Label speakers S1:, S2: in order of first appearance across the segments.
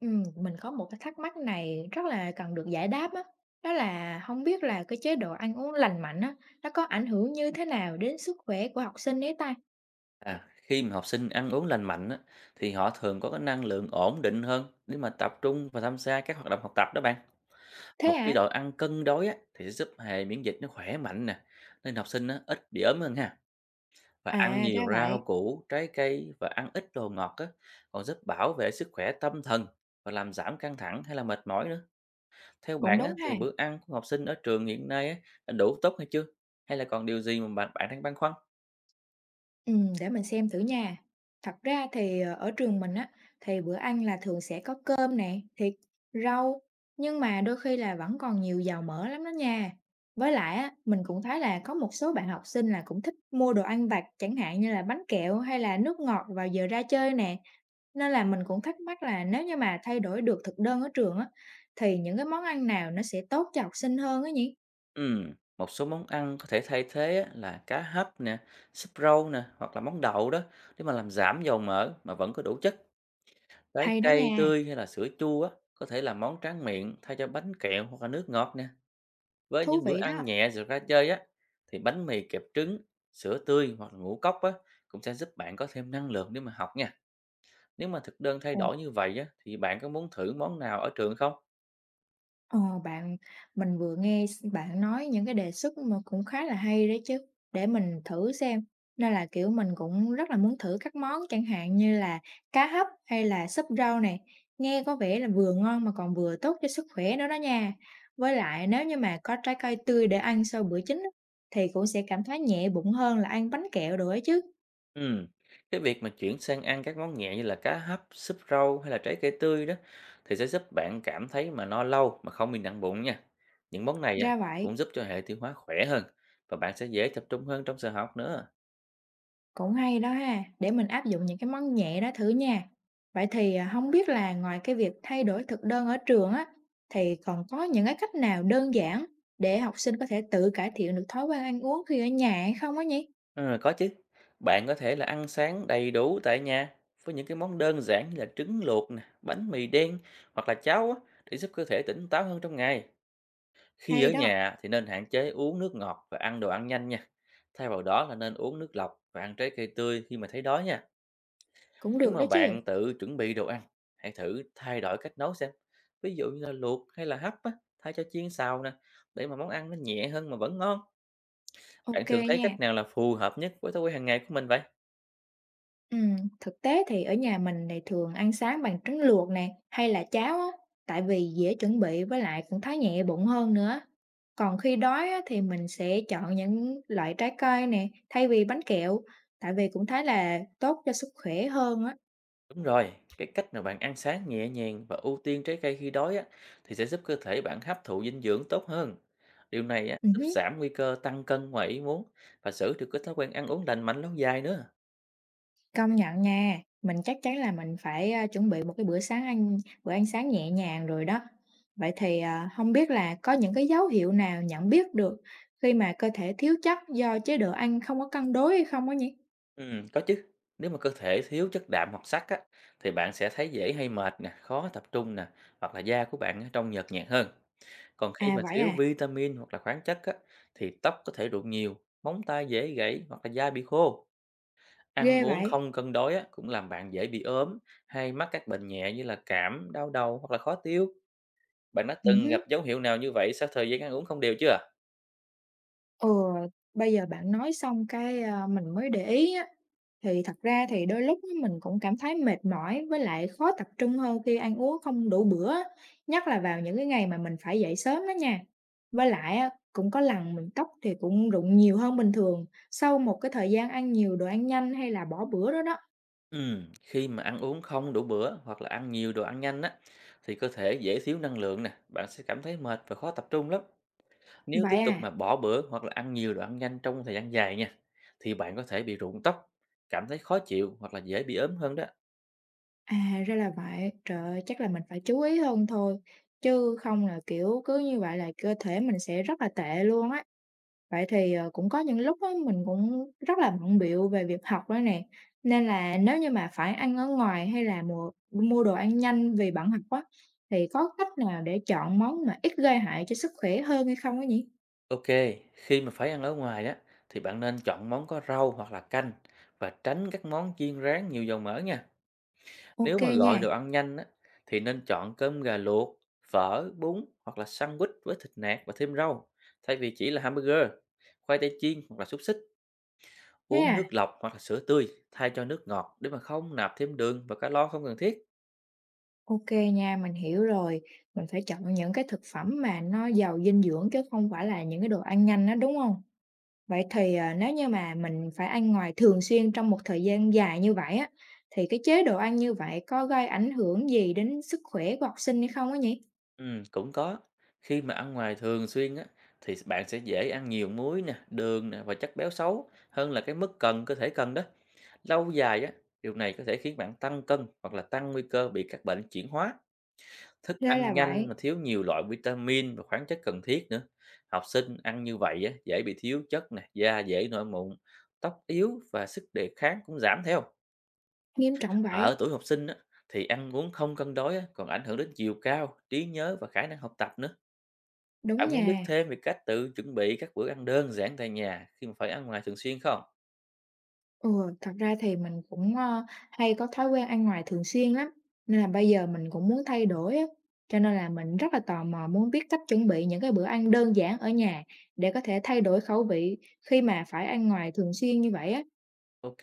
S1: Mình có một cái thắc mắc này rất là cần được giải đáp á, đó là không biết là cái chế độ ăn uống lành mạnh á, nó có ảnh hưởng như thế nào đến sức khỏe của học sinh ấy ta?
S2: À, khi mà học sinh ăn uống lành mạnh á, thì họ thường có cái năng lượng ổn định hơn để mà tập trung và tham gia các hoạt động học tập đó bạn.
S1: Thế
S2: Một cái
S1: à?
S2: đồ ăn cân đối á, thì sẽ giúp hệ miễn dịch nó khỏe mạnh nè, nên học sinh á, ít bị ốm hơn ha. Và ăn
S1: À, ra
S2: nhiều rau
S1: vậy,
S2: củ, trái cây và ăn ít đồ ngọt á, còn giúp bảo vệ sức khỏe tâm thần và làm giảm căng thẳng hay là mệt mỏi nữa. Theo
S1: cũng
S2: bạn
S1: đúng
S2: á,
S1: ha.
S2: thì bữa ăn của học sinh ở trường hiện nay á, đã đủ tốt hay chưa? Hay là còn điều gì mà bạn bạn đang băn khoăn?
S1: Ừ, để mình xem thử nha. Thật ra thì, ở trường mình á, thì bữa ăn là thường sẽ có cơm nè, thịt, rau, nhưng mà đôi khi là vẫn còn nhiều dầu mỡ lắm đó nha. Với lại á, mình cũng thấy là có một số bạn học sinh là cũng thích mua đồ ăn vặt, chẳng hạn như là bánh kẹo hay là nước ngọt vào giờ ra chơi nè. Nên là mình cũng thắc mắc là nếu như mà thay đổi được thực đơn ở trường á, thì những cái món ăn nào nó sẽ tốt cho học sinh hơn á nhỉ?
S2: Ừm, một số món ăn có thể thay thế á, là cá hấp nè, súp rau nè hoặc là món đậu đó, để mà làm giảm dầu mỡ mà vẫn có đủ chất. Trái
S1: Hay đó
S2: cây
S1: nha,
S2: tươi hay là sữa chua á, có thể là món tráng miệng thay cho bánh kẹo hoặc là nước ngọt nè. Với
S1: thú
S2: những bữa
S1: vị đó.
S2: ăn nhẹ rồi ra chơi á, thì bánh mì kẹp trứng, sữa tươi hoặc là ngũ cốc á, cũng sẽ giúp bạn có thêm năng lượng để mà học nha. Nếu mà thực đơn thay đổi như vậy á, thì bạn có muốn thử món nào ở trường không?
S1: Ờ, bạn mình vừa nghe bạn nói những cái đề xuất mà cũng khá là hay đấy chứ, để mình thử xem. Nên là, kiểu, mình cũng rất là muốn thử các món chẳng hạn như là cá hấp hay là súp rau này nghe có vẻ là vừa ngon mà còn vừa tốt cho sức khỏe nữa đó nha. Với lại nếu như mà có trái cây tươi để ăn sau bữa chính á, thì cũng sẽ cảm thấy nhẹ bụng hơn là ăn bánh kẹo đồ ấy chứ,
S2: Ừm, cái việc mà chuyển sang ăn các món nhẹ như là cá hấp, súp rau hay là trái cây tươi đó, thì sẽ giúp bạn cảm thấy mà no lâu mà không bị nặng bụng nha. Những món này á,
S1: ra vậy.
S2: cũng giúp cho hệ tiêu hóa khỏe hơn và bạn sẽ dễ tập trung hơn trong giờ học nữa.
S1: Cũng hay đó ha, để mình áp dụng những cái món nhẹ đó thử nha. Vậy thì không biết là ngoài cái việc thay đổi thực đơn ở trường á, thì còn có những cái cách nào đơn giản để học sinh có thể tự cải thiện được thói quen ăn uống khi ở nhà hay không á nhỉ?
S2: Ừ, có chứ. Bạn có thể là ăn sáng đầy đủ tại nhà với những cái món đơn giản như là trứng luộc nè, bánh mì đen hoặc là cháo á, để giúp cơ thể tỉnh táo hơn trong ngày. Khi
S1: Hay
S2: ở
S1: đó,
S2: nhà thì nên hạn chế uống nước ngọt và ăn đồ ăn nhanh nha. Thay vào đó là nên uống nước lọc và ăn trái cây tươi khi mà thấy đói nha.
S1: cũng
S2: Nếu
S1: được đó
S2: mà
S1: chứ.
S2: bạn tự chuẩn bị đồ ăn, hãy thử thay đổi cách nấu xem. Ví dụ như là luộc hay là hấp á, thay cho chiên xào nè, để mà món ăn nó nhẹ hơn mà vẫn ngon. Bạn
S1: Ok
S2: thường thấy
S1: nha.
S2: cách nào là phù hợp nhất với thói quen hàng ngày của mình vậy?
S1: Thực tế thì ở nhà mình thì thường ăn sáng bằng trứng luộc nè, hay là cháo á, tại vì dễ chuẩn bị với lại cũng thấy nhẹ bụng hơn nữa. Còn khi đói á, thì mình sẽ chọn những loại trái cây nè, thay vì bánh kẹo, tại vì cũng thấy là tốt cho sức khỏe hơn á.
S2: Đúng rồi, cái cách mà bạn ăn sáng nhẹ nhàng và ưu tiên trái cây khi đói á, thì sẽ giúp cơ thể bạn hấp thụ dinh dưỡng tốt hơn. Điều này á,
S1: Ừ
S2: giúp
S1: hứ.
S2: giảm nguy cơ tăng cân ngoài ý muốn và giữ được cái thói quen ăn uống lành mạnh lâu dài nữa.
S1: Công nhận nha, mình chắc chắn là mình phải, chuẩn bị một cái bữa ăn sáng nhẹ nhàng rồi đó. Vậy thì, hông biết là có những cái dấu hiệu nào nhận biết được khi mà cơ thể thiếu chất do chế độ ăn không có cân đối hay không á nhỉ?
S2: Có chứ. Nếu mà cơ thể thiếu chất đạm hoặc sắt á, thì bạn sẽ thấy dễ hay mệt nè, khó tập trung nè, hoặc là da của bạn á, trông nhợt nhạt hơn. Còn khi
S1: À,
S2: mà
S1: vậy
S2: thiếu
S1: à,
S2: vitamin hoặc là khoáng chất á, thì tóc có thể rụng nhiều, móng tay dễ gãy hoặc là da bị khô. Ăn
S1: ghê
S2: uống
S1: vậy!
S2: không cân đối á, cũng làm bạn dễ bị ốm hay mắc các bệnh nhẹ như là cảm, đau đầu hoặc là khó tiêu. Bạn đã từng
S1: Ừm
S2: gặp dấu hiệu nào như vậy sau thời gian ăn uống không đều chưa ạ?
S1: Ừ, bây giờ bạn nói xong cái, mình mới để ý á, thì thật ra thì đôi lúc á mình cũng cảm thấy mệt mỏi với lại khó tập trung hơn khi ăn uống không đủ bữa á, nhất là vào những cái ngày mà mình phải dậy sớm đó nha. Với lại á, cũng có lần mình tóc thì cũng rụng nhiều hơn bình thường, sau một cái thời gian ăn nhiều đồ ăn nhanh hay là bỏ bữa đó đó.
S2: Khi mà ăn uống không đủ bữa hoặc là ăn nhiều đồ ăn nhanh á, thì cơ thể dễ thiếu năng lượng nè, bạn sẽ cảm thấy mệt và khó tập trung lắm. Nếu tiếp
S1: Vậy
S2: tục mà
S1: à?
S2: bỏ bữa hoặc là ăn nhiều đồ ăn nhanh trong thời gian dài nha, thì bạn có thể bị rụng tóc, cảm thấy khó chịu hoặc là dễ bị ốm hơn đó.
S1: À, ra là vậy. Trời ơi, chắc là mình phải chú ý hơn thôi, chứ không là, kiểu, cứ như vậy là cơ thể mình sẽ rất là tệ luôn á. Vậy thì, cũng có những lúc á mình cũng rất là bận bịu về việc học nữa nè, nên là nếu như mà phải ăn ở ngoài hay là mùa mua đồ ăn nhanh vì bận học á, thì có cách nào để chọn món mà ít gây hại cho sức khỏe hơn hay không ấy nhỉ?
S2: Ok, khi mà phải ăn ở ngoài á, thì bạn nên chọn món có rau hoặc là canh và tránh các món chiên rán nhiều dầu mỡ nha.
S1: Ok
S2: Nếu mà
S1: nha,
S2: gọi đồ ăn nhanh á, thì nên chọn cơm gà luộc, phở, bún hoặc là sandwich với thịt nạc và thêm rau, thay vì chỉ là hamburger, khoai tây chiên hoặc là xúc xích.
S1: thế
S2: Uống nước
S1: à?
S2: lọc hoặc là sữa tươi thay cho nước ngọt để mà không nạp thêm đường và calo không cần thiết.
S1: Ok nha, mình hiểu rồi, mình phải chọn những cái thực phẩm mà nó giàu dinh dưỡng chứ không phải là những cái đồ ăn nhanh đó đúng không? Vậy thì, nếu như mà mình phải ăn ngoài thường xuyên trong một thời gian dài như vậy á, thì cái chế độ ăn như vậy có gây ảnh hưởng gì đến sức khỏe của học sinh hay không á nhỉ?
S2: Ừ, cũng có. Khi mà ăn ngoài thường xuyên á, thì bạn sẽ dễ ăn nhiều muối nè, đường nè và chất béo xấu hơn là cái mức cần cơ thể cần đó. Lâu dài á, điều này có thể khiến bạn tăng cân hoặc là tăng nguy cơ bị các bệnh chuyển hóa. Thức
S1: Ra là
S2: ăn nhanh
S1: vậy,
S2: mà thiếu nhiều loại vitamin và khoáng chất cần thiết nữa. Học sinh ăn như vậy á, dễ bị thiếu chất nè, da dễ nổi mụn, tóc yếu và sức đề kháng cũng giảm theo.
S1: nghiêm trọng
S2: Ở
S1: vậy,
S2: tuổi học sinh á, thì ăn uống không cân đối á, còn ảnh hưởng đến chiều cao, trí nhớ và khả năng học tập nữa.
S1: đúng
S2: Bạn muốn biết
S1: nha.
S2: thêm về cách tự chuẩn bị các bữa ăn đơn giản tại nhà khi mà phải ăn ngoài thường xuyên không?
S1: Ừ, thật ra thì mình cũng, hay có thói quen ăn ngoài thường xuyên lắm, nên là bây giờ mình cũng muốn thay đổi á, cho nên là mình rất là tò mò muốn biết cách chuẩn bị những cái bữa ăn đơn giản ở nhà để có thể thay đổi khẩu vị khi mà phải ăn ngoài thường xuyên như vậy á.
S2: Ok,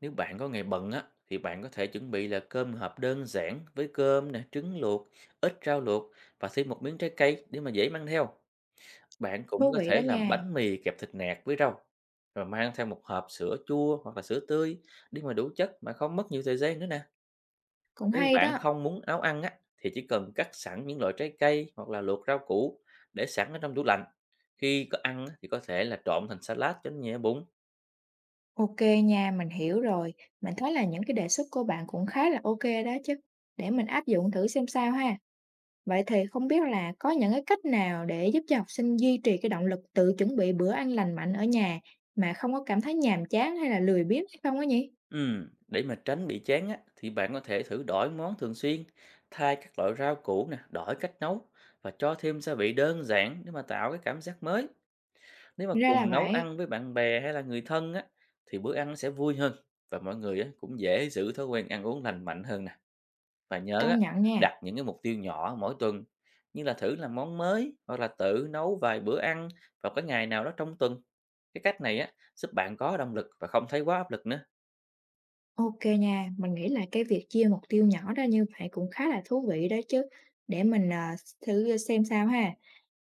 S2: nếu bạn có ngày bận á, thì bạn có thể chuẩn bị là cơm hộp đơn giản với cơm nè, trứng luộc, ít rau luộc và thêm một miếng trái cây để mà dễ mang theo. Bạn cũng
S1: Thú
S2: có
S1: vị đó
S2: thể làm
S1: nha,
S2: bánh mì kẹp thịt nạc với rau rồi mang theo một hộp sữa chua hoặc là sữa tươi để mà đủ chất mà không mất nhiều thời gian nữa nè.
S1: cũng
S2: Nếu
S1: hay
S2: bạn
S1: đó.
S2: không muốn nấu ăn á, thì chỉ cần cắt sẵn những loại trái cây hoặc là luộc rau củ để sẵn ở trong tủ lạnh. Khi có ăn á, thì có thể là trộn thành salad cho nó nhẹ bụng.
S1: OK nha, mình hiểu rồi. Mình thấy là những cái đề xuất của bạn cũng khá là OK đó chứ, để mình áp dụng thử xem sao ha. Vậy thì không biết là có những cái cách nào để giúp cho học sinh duy trì cái động lực tự chuẩn bị bữa ăn lành mạnh ở nhà mà không có cảm thấy nhàm chán hay là lười biếng hay không á nhỉ?
S2: Để mà tránh bị chán á, thì bạn có thể thử đổi món thường xuyên, thay các loại rau củ nè, đổi cách nấu và cho thêm gia vị đơn giản để mà tạo cái cảm giác mới. Nếu mà
S1: Ra là
S2: cùng nấu
S1: vậy,
S2: ăn với bạn bè hay là người thân á, thì bữa ăn nó sẽ vui hơn và mọi người á, cũng dễ giữ thói quen ăn uống lành mạnh hơn nè. Và nhớ á,
S1: công nhận nha.
S2: đặt những cái mục tiêu nhỏ mỗi tuần như là thử làm món mới hoặc là tự nấu vài bữa ăn vào cái ngày nào đó trong tuần. Cái cách này á, giúp bạn có động lực và không thấy quá áp lực nữa.
S1: OK nha, mình nghĩ là cái việc chia mục tiêu nhỏ ra như vậy cũng khá là thú vị đó chứ. Để mình thử xem sao ha.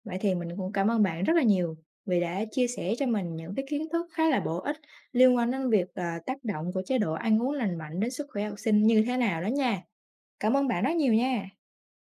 S1: Vậy thì mình cũng cảm ơn bạn rất là nhiều vì đã chia sẻ cho mình những cái kiến thức khá là bổ ích liên quan đến việc, tác động của chế độ ăn uống lành mạnh đến sức khỏe học sinh như thế nào đó nha. Cảm ơn bạn rất nhiều nha.